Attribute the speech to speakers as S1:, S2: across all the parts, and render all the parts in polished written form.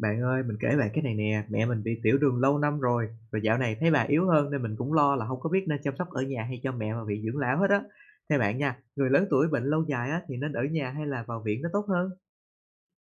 S1: Bạn ơi, mình kể bạn cái này nè, mẹ mình bị tiểu đường lâu năm rồi, rồi dạo này thấy bà yếu hơn nên mình cũng lo là không có biết nên chăm sóc ở nhà hay cho mẹ mà viện dưỡng lão hết á. Theo bạn nha, người lớn tuổi bệnh lâu dài á thì nên ở nhà hay là vào viện nó tốt hơn?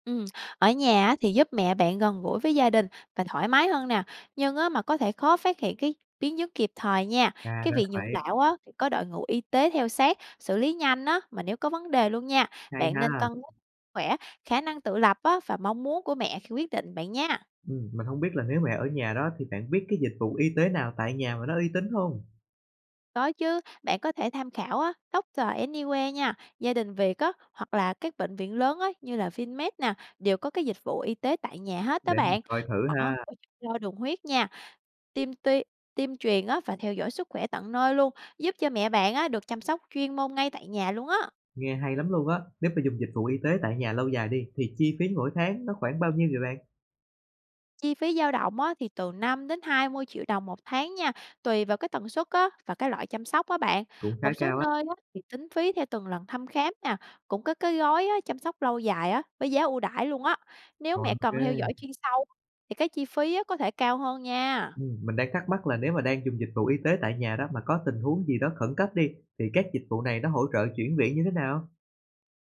S2: Ừm, ở nhà á thì giúp mẹ bạn gần gũi với gia đình và thoải mái hơn nè, nhưng á mà có thể khó phát hiện cái biến chứng kịp thời nha.
S1: À
S2: Cái
S1: ra là
S2: việc nhượng
S1: vậy,
S2: đạo á thì có đội ngũ y tế theo sát, xử lý nhanh á mà nếu có vấn đề luôn nha.
S1: hay
S2: Bạn nên
S1: ha.
S2: cân nhắc khỏe, khả năng tự lập á và mong muốn của mẹ khi quyết định bạn nha.
S1: Ừ, mình không biết là nếu mẹ ở nhà đó thì bạn biết cái dịch vụ y tế nào tại nhà mà nó uy tín không?
S2: Có chứ, bạn có thể tham khảo á Doctor Anywhere nha, gia đình Việt á hoặc là các bệnh viện lớn á như là Vinmed nè, đều có cái dịch vụ y tế tại nhà hết đó
S1: Để mình
S2: bạn.
S1: coi thử
S2: Họ hỗ
S1: ha.
S2: trợ đo đường huyết nha. Tiêm tuy tiêm truyền á và theo dõi sức khỏe tận nơi luôn, giúp cho mẹ bạn á được chăm sóc chuyên môn ngay tại nhà luôn á.
S1: Nghe hay lắm luôn á. Nếu mà dùng dịch vụ y tế tại nhà lâu dài đi thì chi phí mỗi tháng nó khoảng bao nhiêu vậy bạn?
S2: Chi phí dao động á thì từ 5 đến 20 triệu đồng một tháng nha, tùy vào cái tần suất á và cái loại chăm sóc á bạn.
S1: Cũng khá
S2: Một số
S1: cao á.
S2: nơi á thì tính phí theo từng lần thăm khám nè, cũng có cái gói á, chăm sóc lâu dài á với giá ưu đãi luôn á. Nếu mẹ
S1: Rồi ok.
S2: cần theo dõi chuyên sâu thì cái chi phí á có thể cao hơn nha.
S1: Mình đang thắc mắc là nếu mà đang dùng dịch vụ y tế tại nhà đó mà có tình huống gì đó khẩn cấp đi, thì các dịch vụ này nó hỗ trợ chuyển viện như thế nào?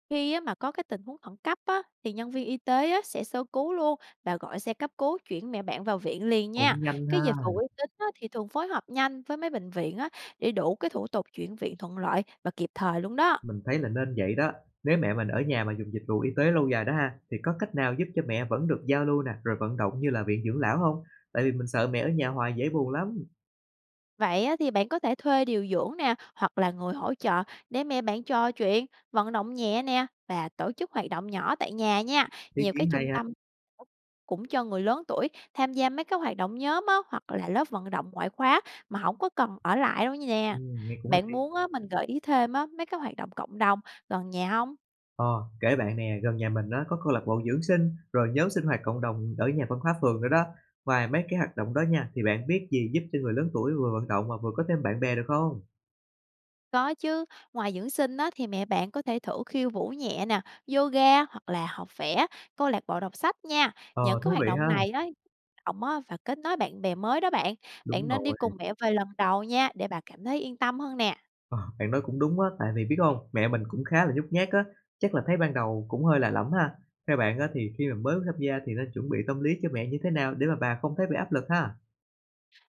S2: Khi á, mà có cái tình huống khẩn cấp á, thì nhân viên y tế á, sẽ sơ cứu luôn và gọi xe cấp cứu chuyển mẹ bạn vào viện liền nha.
S1: Cũng nhanh
S2: Cái dịch
S1: ha,
S2: vụ uy tín á, thì thường phối hợp nhanh với mấy bệnh viện á, để đủ cái thủ tục chuyển viện thuận lợi và kịp thời luôn đó.
S1: mình thấy là nên vậy đó. Nếu mẹ mình ở nhà mà dùng dịch vụ y tế lâu dài đó ha, thì có cách nào giúp cho mẹ vẫn được giao lưu nè, rồi vận động như là viện dưỡng lão không? Tại vì mình sợ mẹ ở nhà hoài dễ buồn lắm.
S2: Vậy á thì bạn có thể thuê điều dưỡng nè, hoặc là người hỗ trợ để mẹ bạn trò chuyện, vận động nhẹ nè và tổ chức hoạt động nhỏ tại nhà nha.
S1: Ý
S2: Nhiều cái
S1: kiến hay
S2: trung
S1: ha.
S2: tâm cũng cho người lớn tuổi tham gia mấy cái hoạt động nhóm á, hoặc là lớp vận động ngoại khóa mà không có cần ở lại đâu nha.
S1: Ừm, nghe cũng
S2: Bạn muốn á, mình gợi ý thêm á, mấy cái hoạt động cộng đồng gần nhà không?
S1: Ờ, kể bạn nè, gần nhà mình á, có câu lạc bộ dưỡng sinh, rồi nhóm sinh hoạt cộng đồng ở nhà văn hóa phường nữa đó. Ngoài mấy cái hoạt động đó nha, thì bạn biết gì giúp cho người lớn tuổi vừa vận động mà vừa có thêm bạn bè được không?
S2: Có chứ, ngoài dưỡng sinh á, thì mẹ bạn có thể thử khiêu vũ nhẹ nè, yoga hoặc là học vẽ, câu lạc bộ đọc sách nha.
S1: Ờ,
S2: Những cái
S1: thú vị
S2: hoạt động
S1: ha.
S2: này đó động á, và kết nối bạn bè mới đó bạn.
S1: Đúng
S2: Bạn nên đi
S1: rồi.
S2: cùng mẹ vài lần đầu nha để bà cảm thấy yên tâm hơn nè.
S1: Ờ, bạn nói cũng đúng á, tại vì biết không, mẹ mình cũng khá là nhút nhát á, chắc là thấy ban đầu cũng hơi lạ lẫm ha. Theo bạn á, thì khi mà mới tham gia thì nên chuẩn bị tâm lý cho mẹ như thế nào để mà bà không thấy bị áp lực ha?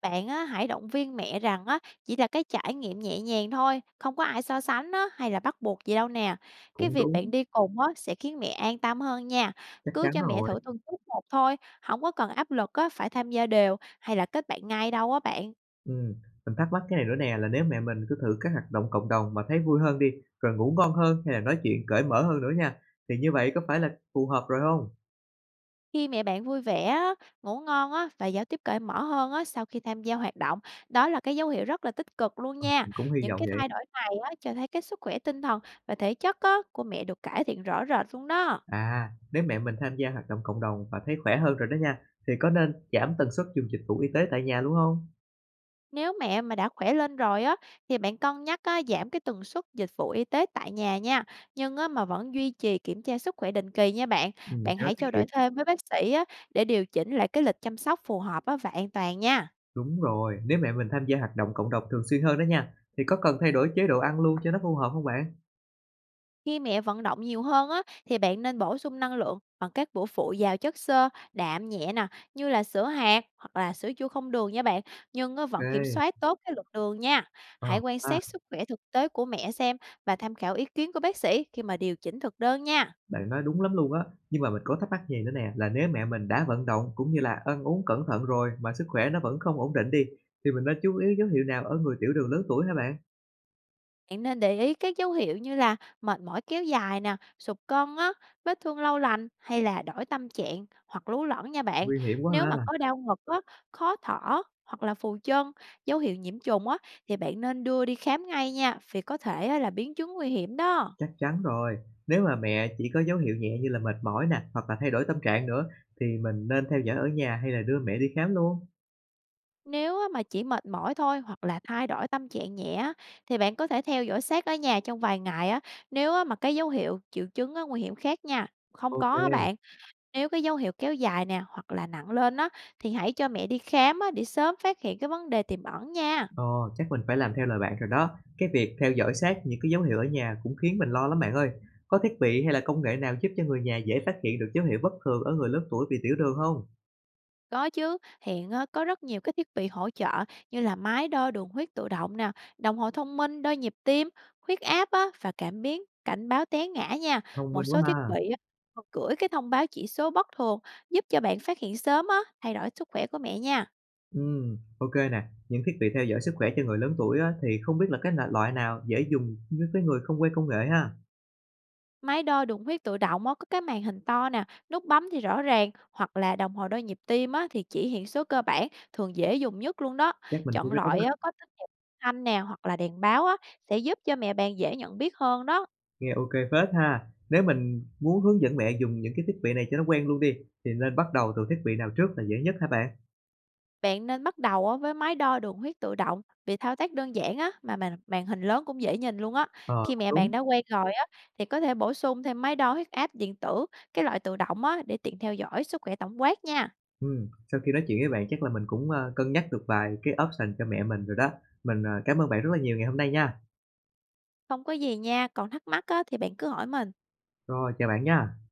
S2: Bạn á, hãy động viên mẹ rằng á, chỉ là cái trải nghiệm nhẹ nhàng thôi, không có ai so sánh á, hay là bắt buộc gì đâu nè. Cái
S1: Cũng
S2: việc
S1: đúng,
S2: bạn đi cùng á, sẽ khiến mẹ an tâm hơn nha.
S1: chắc
S2: Cứ
S1: chắn
S2: cho mẹ
S1: rồi.
S2: thử từng chút một thôi, không có cần áp lực á, phải tham gia đều hay là kết bạn ngay đâu á bạn.
S1: Ừm, mình thắc mắc cái này nữa nè, là nếu mẹ mình cứ thử các hoạt động cộng đồng mà thấy vui hơn đi, rồi ngủ ngon hơn hay là nói chuyện cởi mở hơn nữa nha, thì như vậy có phải là phù hợp rồi không?
S2: Khi mẹ bạn vui vẻ, á, ngủ ngon á, và giao tiếp cởi mở hơn á, sau khi tham gia hoạt động, đó là cái dấu hiệu rất là tích cực luôn nha.
S1: Mình cũng hy
S2: Những
S1: vọng
S2: cái
S1: vậy.
S2: thay đổi này á, cho thấy cái sức khỏe tinh thần và thể chất á, của mẹ được cải thiện rõ rệt luôn đó.
S1: À, nếu mẹ mình tham gia hoạt động cộng đồng và thấy khỏe hơn rồi đó nha, thì có nên giảm tần suất dùng dịch vụ y tế tại nhà luôn không?
S2: Nếu mẹ mà đã khỏe lên rồi á thì bạn cân nhắc á, giảm cái tần suất dịch vụ y tế tại nhà nha, nhưng á, mà vẫn duy trì kiểm tra sức khỏe định kỳ nha bạn. Bạn
S1: Cho nó
S2: hãy
S1: tiết
S2: trao
S1: kiệm.
S2: đổi thêm với bác sĩ á, để điều chỉnh lại cái lịch chăm sóc phù hợp á, và an toàn nha.
S1: Đúng rồi, nếu mẹ mình tham gia hoạt động cộng đồng thường xuyên hơn đó nha, thì có cần thay đổi chế độ ăn luôn cho nó phù hợp không bạn?
S2: Khi mẹ vận động nhiều hơn á, thì bạn nên bổ sung năng lượng bằng các bữa phụ giàu chất xơ, đạm nhẹ nè, như là sữa hạt hoặc là sữa chua không đường nha bạn, nhưng á, vẫn kiểm soát
S1: Ok.
S2: tốt cái lượng đường nha.
S1: Ờ.
S2: Hãy quan
S1: Ha.
S2: sát sức khỏe thực tế của mẹ xem và tham khảo ý kiến của bác sĩ khi mà điều chỉnh thực đơn nha.
S1: Bạn nói đúng lắm luôn á, nhưng mà mình có thắc mắc gì nữa nè, là nếu mẹ mình đã vận động cũng như là ăn uống cẩn thận rồi mà sức khỏe nó vẫn không ổn định đi, thì mình nên chú ý dấu hiệu nào ở người tiểu đường lớn tuổi hả bạn?
S2: Bạn nên để ý các dấu hiệu như là mệt mỏi kéo dài nè, sụt cân á, vết thương lâu lành hay là đổi tâm trạng hoặc lú lẫn nha bạn.
S1: Nguy hiểm quá
S2: Nếu mà
S1: ha,
S2: có đau ngực á, khó thở hoặc là phù chân, dấu hiệu nhiễm trùng á thì bạn nên đưa đi khám ngay nha, vì có thể á, là biến chứng nguy hiểm đó.
S1: chắc chắn rồi. Nếu mà mẹ chỉ có dấu hiệu nhẹ như là mệt mỏi nè, hoặc là thay đổi tâm trạng nữa, thì mình nên theo dõi ở nhà hay là đưa mẹ đi khám luôn?
S2: Nếu á mà chỉ mệt mỏi thôi hoặc là thay đổi tâm trạng nhẹ á, thì bạn có thể theo dõi sát ở nhà trong vài ngày á, nếu á mà cái dấu hiệu triệu chứng á nguy hiểm khác nha. Không có á
S1: Ok.
S2: bạn, nếu cái dấu hiệu kéo dài nè hoặc là nặng lên á thì hãy cho mẹ đi khám á để sớm phát hiện cái vấn đề tiềm ẩn nha.
S1: Ồ, chắc mình phải làm theo lời bạn rồi đó. Cái việc theo dõi sát những cái dấu hiệu ở nhà cũng khiến mình lo lắm bạn ơi. Có thiết bị hay là công nghệ nào giúp cho người nhà dễ phát hiện được dấu hiệu bất thường ở người lớn tuổi bị tiểu đường không?
S2: Có chứ, hiện á, có rất nhiều cái thiết bị hỗ trợ như là máy đo đường huyết tự động nè, đồng hồ thông minh đo nhịp tim, huyết áp á, và cảm biến cảnh báo té ngã nha.
S1: Thông
S2: Một
S1: minh quá
S2: số
S1: ha.
S2: thiết bị á, còn gửi cái thông báo chỉ số bất thường giúp cho bạn phát hiện sớm á, thay đổi sức khỏe của mẹ nha.
S1: Ok nè. Những thiết bị theo dõi sức khỏe cho người lớn tuổi á, thì không biết là cái loại loại nào dễ dùng với cái người không quen công nghệ ha.
S2: Máy đo đường huyết tự động á, có cái màn hình to nè, nút bấm thì rõ ràng, hoặc là đồng hồ đo nhịp tim á, thì chỉ hiện số cơ bản, thường dễ dùng nhất luôn đó.
S1: Chắc mình mua
S2: Chọn
S1: cái đó đó.
S2: loại á, có tín hiệu thanh nè hoặc là đèn báo á, sẽ giúp cho mẹ bạn dễ nhận biết hơn đó.
S1: Nghe ok phết ha. Nếu mình muốn hướng dẫn mẹ dùng những cái thiết bị này cho nó quen luôn đi, thì nên bắt đầu từ thiết bị nào trước là dễ nhất hả bạn?
S2: Bạn nên bắt đầu á, với máy đo đường huyết tự động vì thao tác đơn giản á, mà màn hình lớn cũng dễ nhìn luôn á.
S1: Ờ,
S2: Khi mẹ bạn
S1: đúng.
S2: đã quen rồi á, thì có thể bổ sung thêm máy đo huyết áp điện tử, cái loại tự động á, để tiện theo dõi sức khỏe tổng quát nha.
S1: Sau khi nói chuyện với bạn chắc là mình cũng, cân nhắc được vài cái option cho mẹ mình rồi đó. Mình, cảm ơn bạn rất là nhiều ngày hôm nay nha.
S2: Không có gì nha, còn thắc mắc á, thì bạn cứ hỏi mình.
S1: Rồi, chào bạn nha.